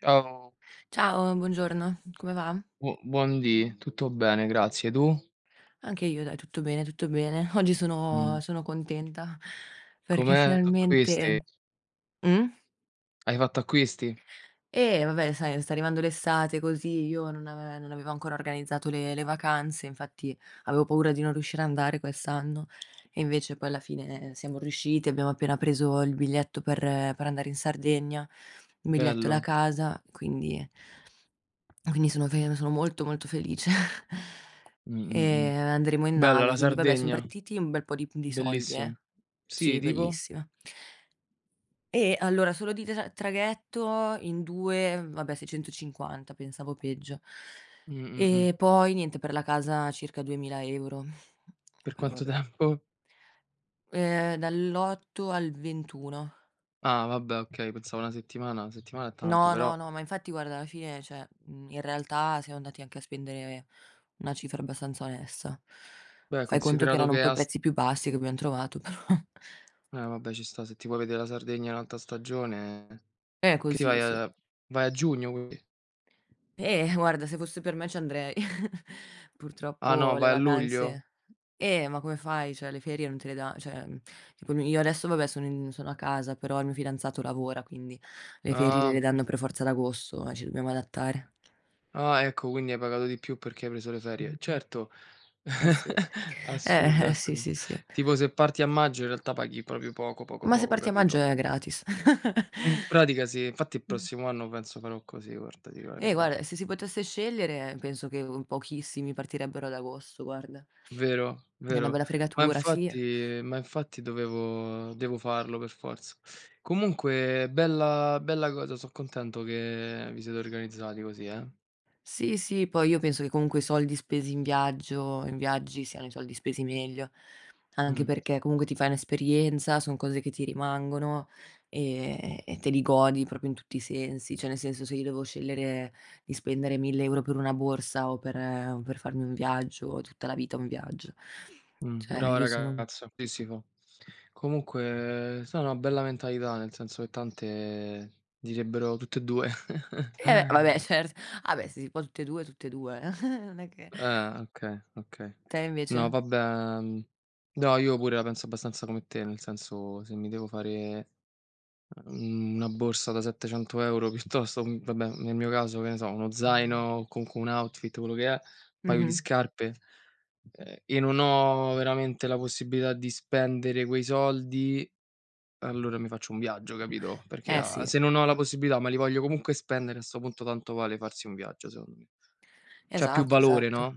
Ciao, Ciao, buongiorno, come va? bu buondì, tutto bene, grazie. Tu? Anche io dai, tutto bene, tutto bene. Oggi Mh. sono contenta perché Com'è? Acquisti? finalmente mh? Hai fatto acquisti? Vabbè sai sta arrivando l'estate così, io non avevo ancora organizzato le vacanze, infatti avevo paura di non riuscire ad andare quest'anno e invece poi alla fine siamo riusciti, abbiamo appena preso il biglietto per andare in Sardegna, un biglietto da Bello. casa, quindi sono molto, molto felice. Mh, mh, E mh. andremo in Bella nave, la quindi vabbè son Sardegna, partiti un bel po' di soldi, eh. bellissimo. Sì, Sì, tipo? bellissima. E allora solo di traghetto in 2, vabbè 650, pensavo peggio. Mh, mh, mh. E poi niente, per la casa circa 2000 €, Per però quanto vabbè. tempo? Dall'8 al 21. Ah, vabbè, okay, pensavo 1 settimana, 1 settimana è tanto, No, però no, no, ma infatti guarda alla fine, cioè, in realtà siamo andati anche a spendere una cifra abbastanza onesta. beh, Fai conto che considerato erano un che è po' i a s prezzi più bassi che abbiam trovato, però vabbè, ci sta, se ti vuoi vedere la Sardegna in alta stagione è che ti così, vai sì. a vai a giugno quindi? Guarda se fosse per me ci andrei. Ah Purtroppo no, le vai a luglio? vacanze, ma come fai? Cioè le ferie non te le dà cioè, tipo io adesso vabbè sono a casa, però il mio fidanzato lavora, quindi le ferie gliele Ah. danno per forza ad agosto e ci dobbiamo adattare. Ah, ecco, quindi hai pagato di più perché hai preso le ferie. Certo, Eh sì. Eh, assurda eh, questa sì, cosa. sì, sì. Tipo se parti a maggio in realtà paghi proprio poco, poco, Ma se poco, partiamo a maggio capito? è gratis. In pratica sì, infatti il prossimo anno penso farò così, guarda, ti dico la verità. guarda, se si potesse scegliere penso che, pochissimi partirebbero ad agosto, guarda. Vero, È una vero. bella Ma fregatura, sì. infatti ma infatti dovevo devo farlo per forza. Comunque bella bella cosa, so' contento che vi siete organizzati così, eh. Sì, sì, poi io penso che comunque i soldi spesi in viaggi siano i soldi spesi meglio, anche Mh, perché comunque ti fai un'esperienza, son cose che ti rimangono, e te li godi proprio in tutti i sensi. Cioè, nel senso, se io devo scegliere di spendere 1.000 € per una borsa o per farmi un viaggio, o tutta la vita un viaggio. Cioè, brava io sono ragazza, sì, sì, fa. Comunque, sì, è una bella mentalità, nel senso che tante direbbero tutte e 2. Vabbè cert ah beh, se si può tutte e 2, tutte e 2. Non è che Ah, okay, okay. te No invece? vabbè, no io pure la penso abbastanza come te, nel senso se mi devo fare, una borsa da 700 € piuttosto vabbè nel mio caso, che ne so, uno zaino o comunque un outfit, quello che è, un paio di mh-mh, Mh-mh. scarpe, e non ho veramente la possibilità di spendere quei soldi. Allora mi faccio un viaggio, capito, perché Eh a mh-mh, sì, se non ho la possibilità, ma li voglio comunque spendere, a 'sto punto tanto vale farsi un viaggio, secondo me. C'ha più esatto, valore, esatto. no,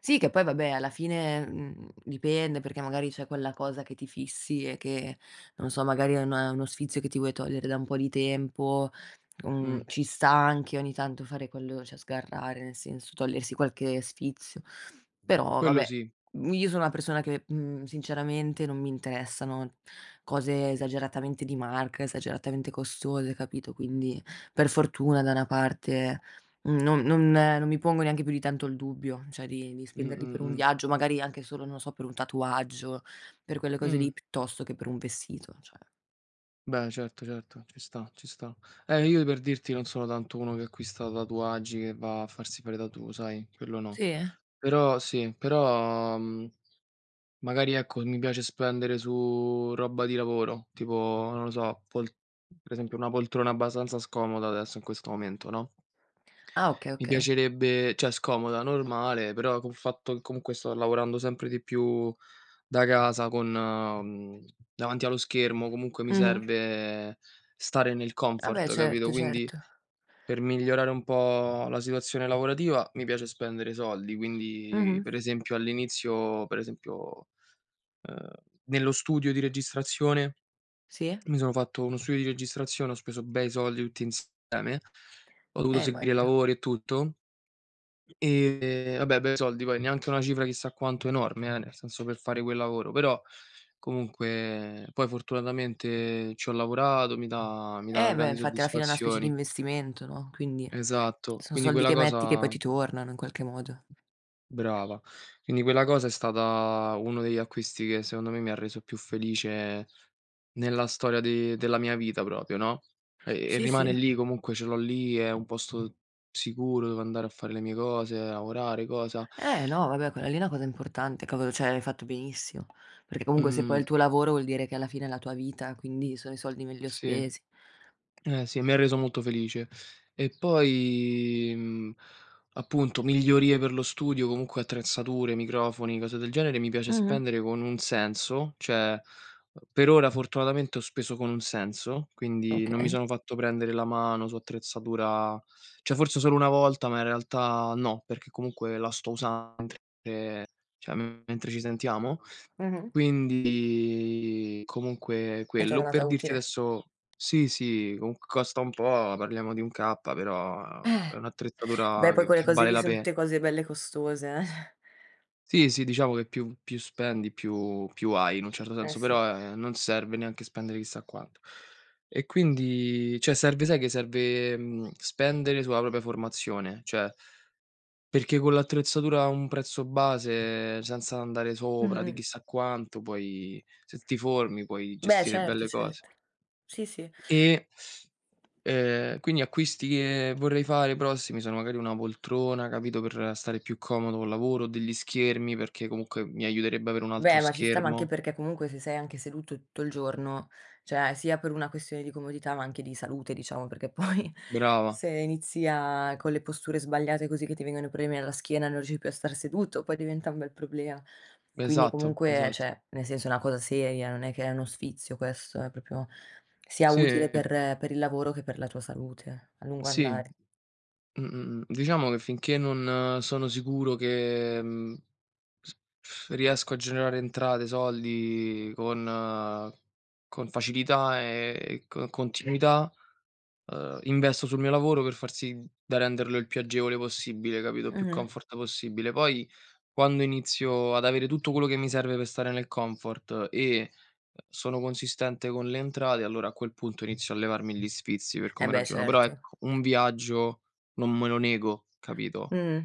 Sì, che poi vabbè alla fine, dipende perché magari c'è quella cosa che ti fissi e che, non so, magari è una uno sfizio che ti vuoi togliere da un po' di tempo. mh, Ci sta anche ogni tanto fare quello cioè sgarrare, nel senso togliersi qualche sfizio. Però quello vabbè, sì. Io sono una persona che, sinceramente non mi interessano cose esageratamente di marca, esageratamente costose, capito, quindi per fortuna da una parte, mhmm, non non non mi pongo neanche più di tanto il dubbio, cioè di Mh, spenderli per un mh, viaggio, magari anche solo, non so, per un tatuaggio, per quelle cose Mh. lì, piuttosto che per un vestito, cioè. Beh, certo, certo, ci sta, ci sta. Io per dirti non sono tanto uno che acquista tatuaggi, che va a farsi fare tattoo, sai, quello no. Sì? Però sì, però, magari ecco, mi piace spendere su roba di lavoro, tipo, non lo so, pol per esempio una poltrona abbastanza scomoda adesso in questo momento, no? Ah okay, Mi okay. piacerebbe cioè scomoda, normale, però col fatto che comunque sto lavorando sempre di più da casa con davanti allo schermo, comunque mi Mh-mh. serve stare nel Ah beh, comfort, capito? certo, certo. Quindi per migliorare un po' la situazione lavorativa mi piace spendere soldi, quindi Mh-mh. per esempio all'inizio per esempio, ehm, nello studio di registrazione Sì. mi sono fatto uno studio di registrazione, ho speso bei soldi tutti insieme, ho dovuto seguire Immagino. lavori e tutto. Vabbè bei soldi poi, neanche una cifra chissà quanto enorme nel senso per fare quel lavoro, però comunque poi fortunatamente ci ho lavorato, mi dà Eh beh, grandi infatti alla fine è una specie di soddisfazioni. investimento, no, quindi Esatto, son quindi soldi quella che metti che poi cosa ti tornano in qualche modo. brava. Quindi quella cosa è stata uno degli acquisti che secondo me mi ha reso più felice nella storia de della mia vita proprio, no, e Sì, rimane sì. lì, comunque ce l'ho lì, è un posto sicuro dove andare a fare le mie cose, lavorare, cosa. Eh no, vabbè, quella lì è una cosa importante, cavolo, cioè hai fatto benissimo, perché comunque se poi è il Mhmm. tuo lavoro vuol dire che alla fine è la tua vita, quindi sono i soldi meglio Sì, spesi. eh sì, mi ha reso molto felice. E poi, appunto migliorie per lo studio, comunque attrezzature, microfoni, cose del genere, mi piace Mh-mh. spendere con un senso, cioè, per ora fortunatamente ho speso con un senso, quindi non mi Okay. sono fatto prendere la mano su attrezzatura cioè forse solo una volta, ma in realtà no, perché comunque la sto usando mentre cioè mentre ci sentiamo. Mh-mh. Quindi comunque È quello. tornata Per dirti utile. adesso sì, sì, comunque costa un po', parliamo di un K, però Eh. è Beh, un'attrezzatura poi che quelle che cose vale lì la son pena. tutte cose belle costose, eh. Sì, sì, diciamo che più spendi più hai in un certo Eh senso, sì. però, non serve neanche spendere chissà quanto. E quindi cioè serve sai che serve, spendere sulla propria formazione, cioè perché con l'attrezzatura a un prezzo base, senza andare sopra di Mh-mh. chissà quanto, puoi se ti formi puoi Beh, gestire certo, belle cose. certo. Sì, sì. E, quindi acquisti che vorrei fare prossimi sono magari una poltrona, capito, per stare più comodo col lavoro, degli schermi, perché comunque mi aiuterebbe avere un altro Beh, ma ci sta, ma anche schermo. perché comunque se sei anche seduto tutto il giorno, cioè sia per una questione di comodità, ma anche di salute, diciamo, perché poi Brava, se inizi a con le posture sbagliate così che ti vengono i problemi alla schiena, non riesci più a star seduto, poi diventa un bel problema. Quindi esatto, comunque, esatto. cioè, nel senso è una cosa seria, non è che è uno sfizio questo, è proprio sia Sì, utile per il lavoro che per la tua salute a lungo sì. andare. Diciamo che finché non sono sicuro che, mhmm S f riesco a generare entrate, soldi con facilità e co continuità, investo sul mio lavoro per far sì da renderlo il più agevole possibile, capito, più Mh-mh. comfort possibile. Poi quando inizio ad avere tutto quello che mi serve per stare nel comfort e sono consistente con le entrate, allora a quel punto inizio a levarmi gli sfizi per Eh come beh ragiono. Però certo. ecco, un viaggio non me lo nego, capito, Mh.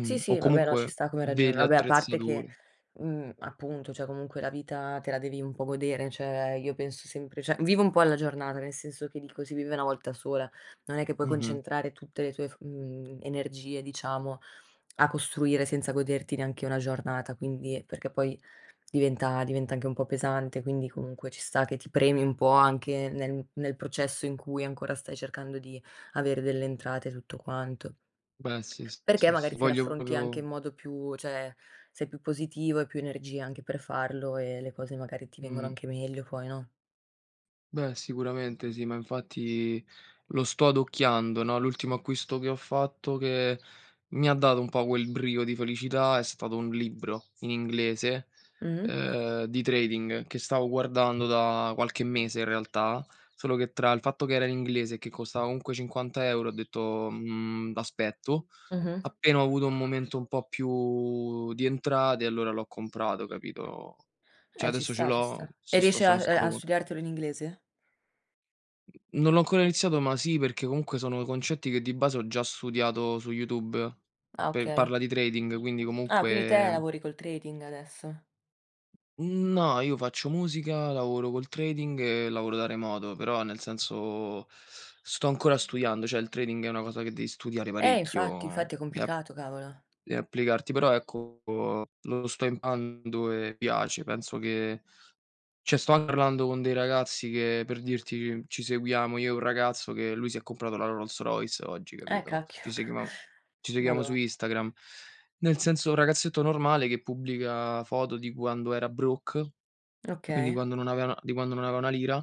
Sì, o sì, vabbè, no, ci comunque sta come ragiona delle vabbè, a parte che, attrezzature. Appunto, cioè comunque la vita te la devi un po' godere, cioè io penso sempre cioè vivo un po' alla giornata, nel senso che dico: "Si vive una volta sola", non è che puoi Mh-mh. concentrare tutte le tue energie, diciamo, a costruire senza goderti neanche una giornata, quindi perché poi diventa anche un po' pesante, quindi comunque ci sta che ti premi un po' anche nel processo in cui ancora stai cercando di avere delle entrate e tutto quanto. Beh sì, s Perché sì, magari sì. te Voglio l'affronti anche in proprio modo più cioè, sei più positivo, hai più energia anche per farlo e le cose magari ti vengono mh. anche meglio poi, no? Beh sicuramente sì, ma infatti lo sto adocchiando, no, l'ultimo acquisto che ho fatto che mi ha dato un po' quel brio di felicità è stato un libro in inglese, Mh-mh. Di trading che stavo guardando da qualche mese in realtà, solo che tra il fatto che era in inglese e che costava comunque 50 € ho detto: "Mhmm, aspetto." Mh-mh. Appena ho avuto un momento un po' più di entrate, allora l'ho comprato, capito? Cioè Ci adesso ce sta, ci l'ho, sta. E so sto riesci a sono stato a con studiartelo in inglese? non l'ho ancora iniziato, ma sì, perché comunque sono concetti che di base ho già studiato su YouTube, Ah, per okay. parla di trading, quindi Ah, quindi te comunque lavori col trading adesso. no, io faccio musica, lavoro col trading e lavoro da remoto, però nel senso sto ancora studiando, cioè il trading è una cosa che devi studiare Infatti, parecchio infatti è e a complicato, cavolo. e applicarti, però ecco lo sto imparando e piace. Penso che cioè sto anche parlando con dei ragazzi che per dirti ci seguiamo, io e un ragazzo che lui si è comprato la Rolls Royce oggi, capito, Cacchio. ci seguiamo ci seguiamo su Madò. Instagram. Nel senso un ragazzetto normale che pubblica foto di quando era broke, quindi Okay. Quando non aveva 1 lira,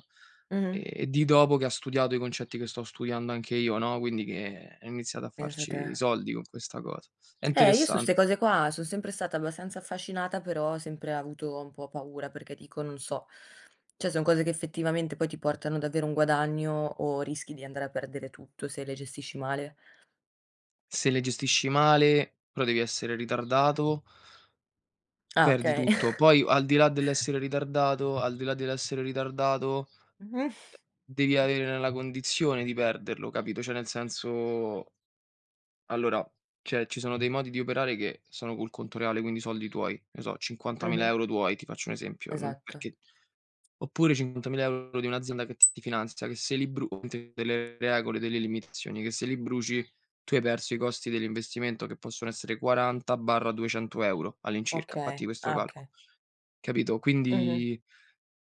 Mh-mh. e di dopo che ha studiato i concetti che sto studiando anche io, no, quindi che ha iniziato a Pensa te. farci i soldi con questa cosa. È Io su 'ste interessante. cose qua son sempre stata abbastanza affascinata, però ho sempre avuto un po' paura perché dico: "Non so". Cioè, son cose che effettivamente poi ti portano davvero un guadagno o rischi di andare a perdere tutto se le gestisci male. Se le gestisci male, però devi essere ritardato, Ah, perdi okay. tutto. Poi al di là dell'essere ritardato al di là dell'essere ritardato, Mh-mh. devi avere la condizione di perderlo, capito, cioè nel senso allora, cioè ci sono dei modi di operare che sono col conto reale, quindi soldi tuoi, ne so, 50.000 Mh-mh. € tuoi, ti faccio un esempio, non Esatto. perché. Oppure 50.000 € di un'azienda che ti finanzia, che se li bru delle regole, delle limitazioni, che se li bruci tu hai perso i costi dell'investimento che possono essere 40/200 € all'incirca, fatti Okay. questo Ah, okay. calcolo, capito? Mh-mh. Quindi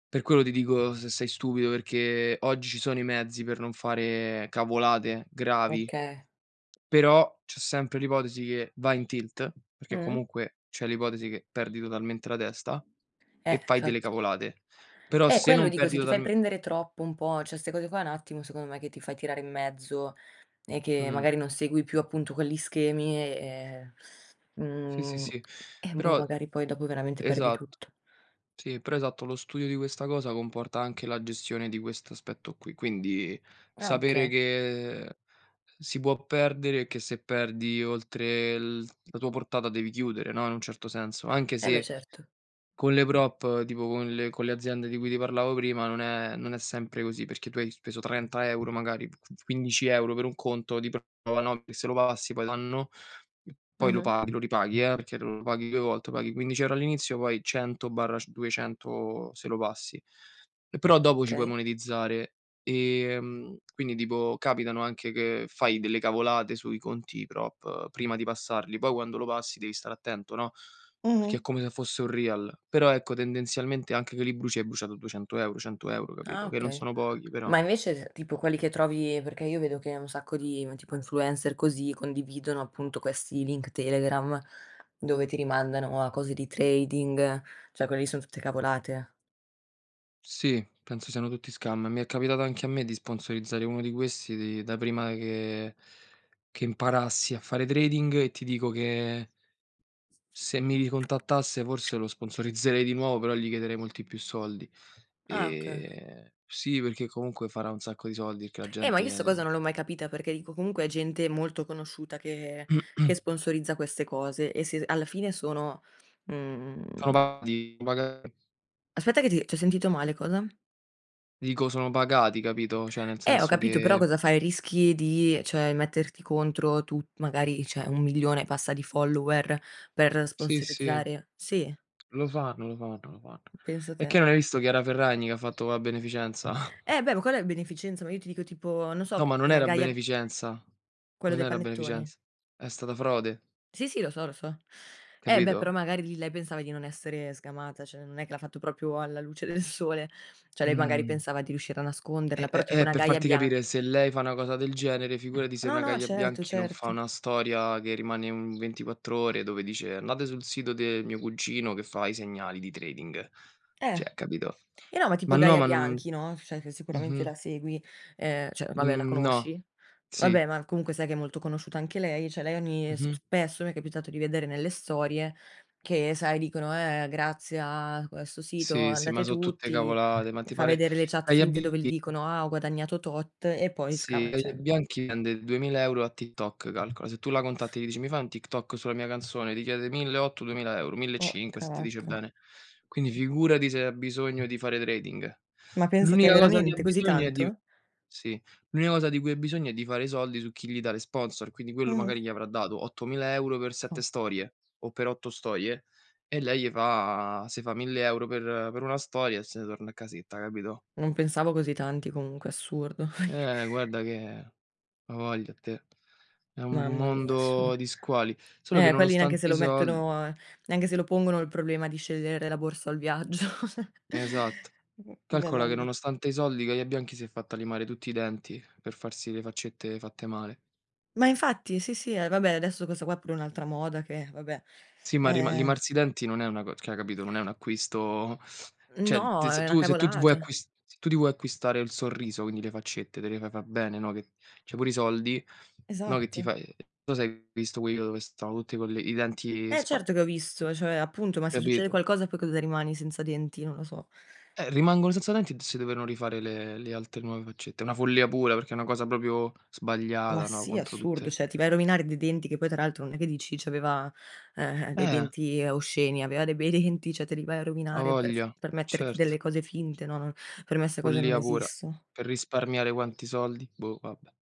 per quello ti dico se sei stupido, perché oggi ci sono i mezzi per non fare cavolate gravi, Okay. però c'è sempre l'ipotesi che vai in tilt, perché Mh. comunque c'è l'ipotesi che perdi totalmente la testa e fai delle Infatti. cavolate. Però se Quello non dico, se perdi ti fai totalm prendere troppo un po', cioè 'ste cose qua un attimo secondo me che ti fai tirare in mezzo. E che mh. magari non segui più appunto quegli schemi e Sì, sì, mhmm, sì. e boh, Però magari poi dopo veramente perdi esatto, tutto. sì, però esatto, lo studio di questa cosa comporta anche la gestione di questo aspetto qui, quindi Ah, sapere okay. che si può perdere e che se perdi oltre il la tua portata devi chiudere, no, in un certo senso, anche Eh beh, se certo. con le prop, tipo con le aziende di cui ti parlavo prima, non è sempre così, perché tu hai speso 30 € magari, qu 15 € per un conto di prova, no, che se lo passi poi t'hanno poi lo Mh-mh. paghi, lo ripaghi, perché lo paghi 2 volte, paghi 15 € all'inizio, poi 100/200 se lo passi. E però dopo ci puoi Okay. monetizzare. Quindi tipo capitano anche che fai delle cavolate sui conti prop prima di passarli, poi quando lo passi devi stare attento, no? Mh-mh. Perché è come se fosse un real. Però ecco, tendenzialmente anche che li bruci hai bruciato 200 €, 100 €, Ah, capito, che non okay. sono pochi però. Ma invece tipo quelli che trovi perché io vedo che un sacco di tipo influencer così condividono appunto questi link Telegram dove ti rimandano a cose di trading, cioè quelle lì son tutte cavolate. Sì, penso siano tutti scam. Mi è capitato anche a me di sponsorizzare uno di questi di da prima che imparassi a fare trading e ti dico che se mi ricontattasse forse lo sponsorizzerei di nuovo, però gli chiederei molti più soldi. Ah, okay. Sì, perché comunque farà un sacco di soldi, perché la Ma io 'sta cosa gente non l'ho mai capita perché dico comunque è gente molto conosciuta che che sponsorizza queste cose e se alla fine sono, mhmm sono pagati, sono paga aspetta che ti c'ho sentito male, cosa? dico sono pagati, capito, cioè nel Ho senso capito, però che cosa fai? Rischi di, cioè, metterti contro tu magari, cioè, 1.000.000 e passa di follower per sì, sì, sponsorizzare sì, lo fanno, lo fanno, lo fanno. pensa E te. che non hai visto Chiara Ferragni che ha fatto la beneficenza? Beh, ma quella è beneficenza, ma io ti dico tipo, non so, No, ma non era Gaia beneficenza, quello non dei era panettoni. beneficenza, è stata frode, Sì, sì, lo so, lo so. Eh beh, però capito? magari lì lei pensava di non essere sgamata, cioè non è che l'ha fatto proprio alla luce del sole, cioè lei magari Mh. pensava di riuscire a nasconderla, però tipo una Per gaia farti capire, bianca. se lei fa una cosa del genere, figurati se No, una no, Gaia certo, Bianchi non fa certo. una storia che rimane un 24 ore dove dice: "Andate sul sito del mio cugino che fa i segnali di trading." Eh. Cioè, capito? Eh no, ma Ma tipo no, Gaia ma non Bianchi, no, cioè che sicuramente mh-mh. la segui, cioè vabbè la Mhmm, no, conosci. sì. Vabbè, ma comunque sai che è molto conosciuta anche lei, cioè lei ogni s Mh-mh. spesso mi è capitato di vedere nelle storie che sai dicono: grazie a questo sito Sì, sì, ma andate so' tutte tutti", cavolate, ma ti fa pare vedere le chat Gaia finte dove B gli dicono: "Ah, ho guadagnato tot" e poi sì, scava Gaia cioè Bianchi vende 2000 € a TikTok, calcola. Se tu la contatti e gli dici: "Mi fai un TikTok sulla mia canzone?" Ti chiede 1800, 2000 €, 1500 porca se ti dice vacca. bene. Quindi figurati se ha bisogno di fare trading. Ma pensa te L'unica cosa che ha veramente così bisogno è di tanto? sì. L'unica cosa di cui hai bisogno è di fare i soldi su chi gli dà le sponsor, quindi quello Mh, magari gli avrà dato 8.000 € per 7 porco. storie o per 8 storie e lei gli fa si fa 1.000 € per una storia e se ne torna a casetta, capito? Non pensavo così tanti comunque, assurdo. Guarda che a voglia te. È un Mamma mia, mondo assurdo. di squali. Solo che Quelli neanche se nonostante i lo soldi mettono, neanche se lo pongono il problema di scegliere la borsa o il viaggio. esatto. Bella Calcola che vita. nonostante i soldi, Gaia Bianchi si è fatta limare tutti i denti per farsi le faccette fatte male. Ma infatti, sì, sì, vabbè adesso questa qua è pure un'altra moda che vabbè, Sì, ma rima ehm limarsi i denti non è una co cioè capito, non è un acquisto cioè no, te se è una tu se tu ti vuoi cavolata. acquis se tu ti vuoi acquistare il sorriso, quindi le faccette, te le fai far bene, no, che cioè pure i soldi, no, che Esatto. ti fai non so se hai visto quei video dove stanno tutti con le i denti Eh spa certo che ho visto, cioè appunto, ma se succede capito? qualcosa poi cosa rimani senza denti? Non lo so. Rimangono senza denti e si devono rifare le altre nuove faccette. È una follia pura, perché è una cosa proprio Ma sbagliata, no, sì, contro assurdo, tutte cioè ti vai a rovinare dei denti che poi tra l'altro non è che dici c'aveva, dei eh, denti osceni, aveva dei bei denti, cioè te li vai a rovinare avoglia, per metterti certo, delle cose finte, no, non per me 'ste cose non follia pura. esistono. Per risparmiare quanti soldi? Boh, vabbè,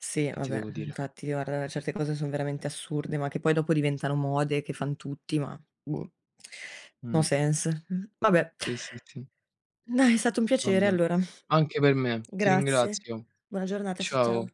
Sì, che ti vabbè, devo dire. infatti guarda certe cose son veramente assurde, ma che poi dopo diventano mode che fan tutti, ma boh, no Mh. sense. Vabbè, Sì, sì, sì. dai è stato un piacere Vabbè. allora. Anche per me. Ti Grazie. ringrazio. Buona giornata, ciao. Ciao.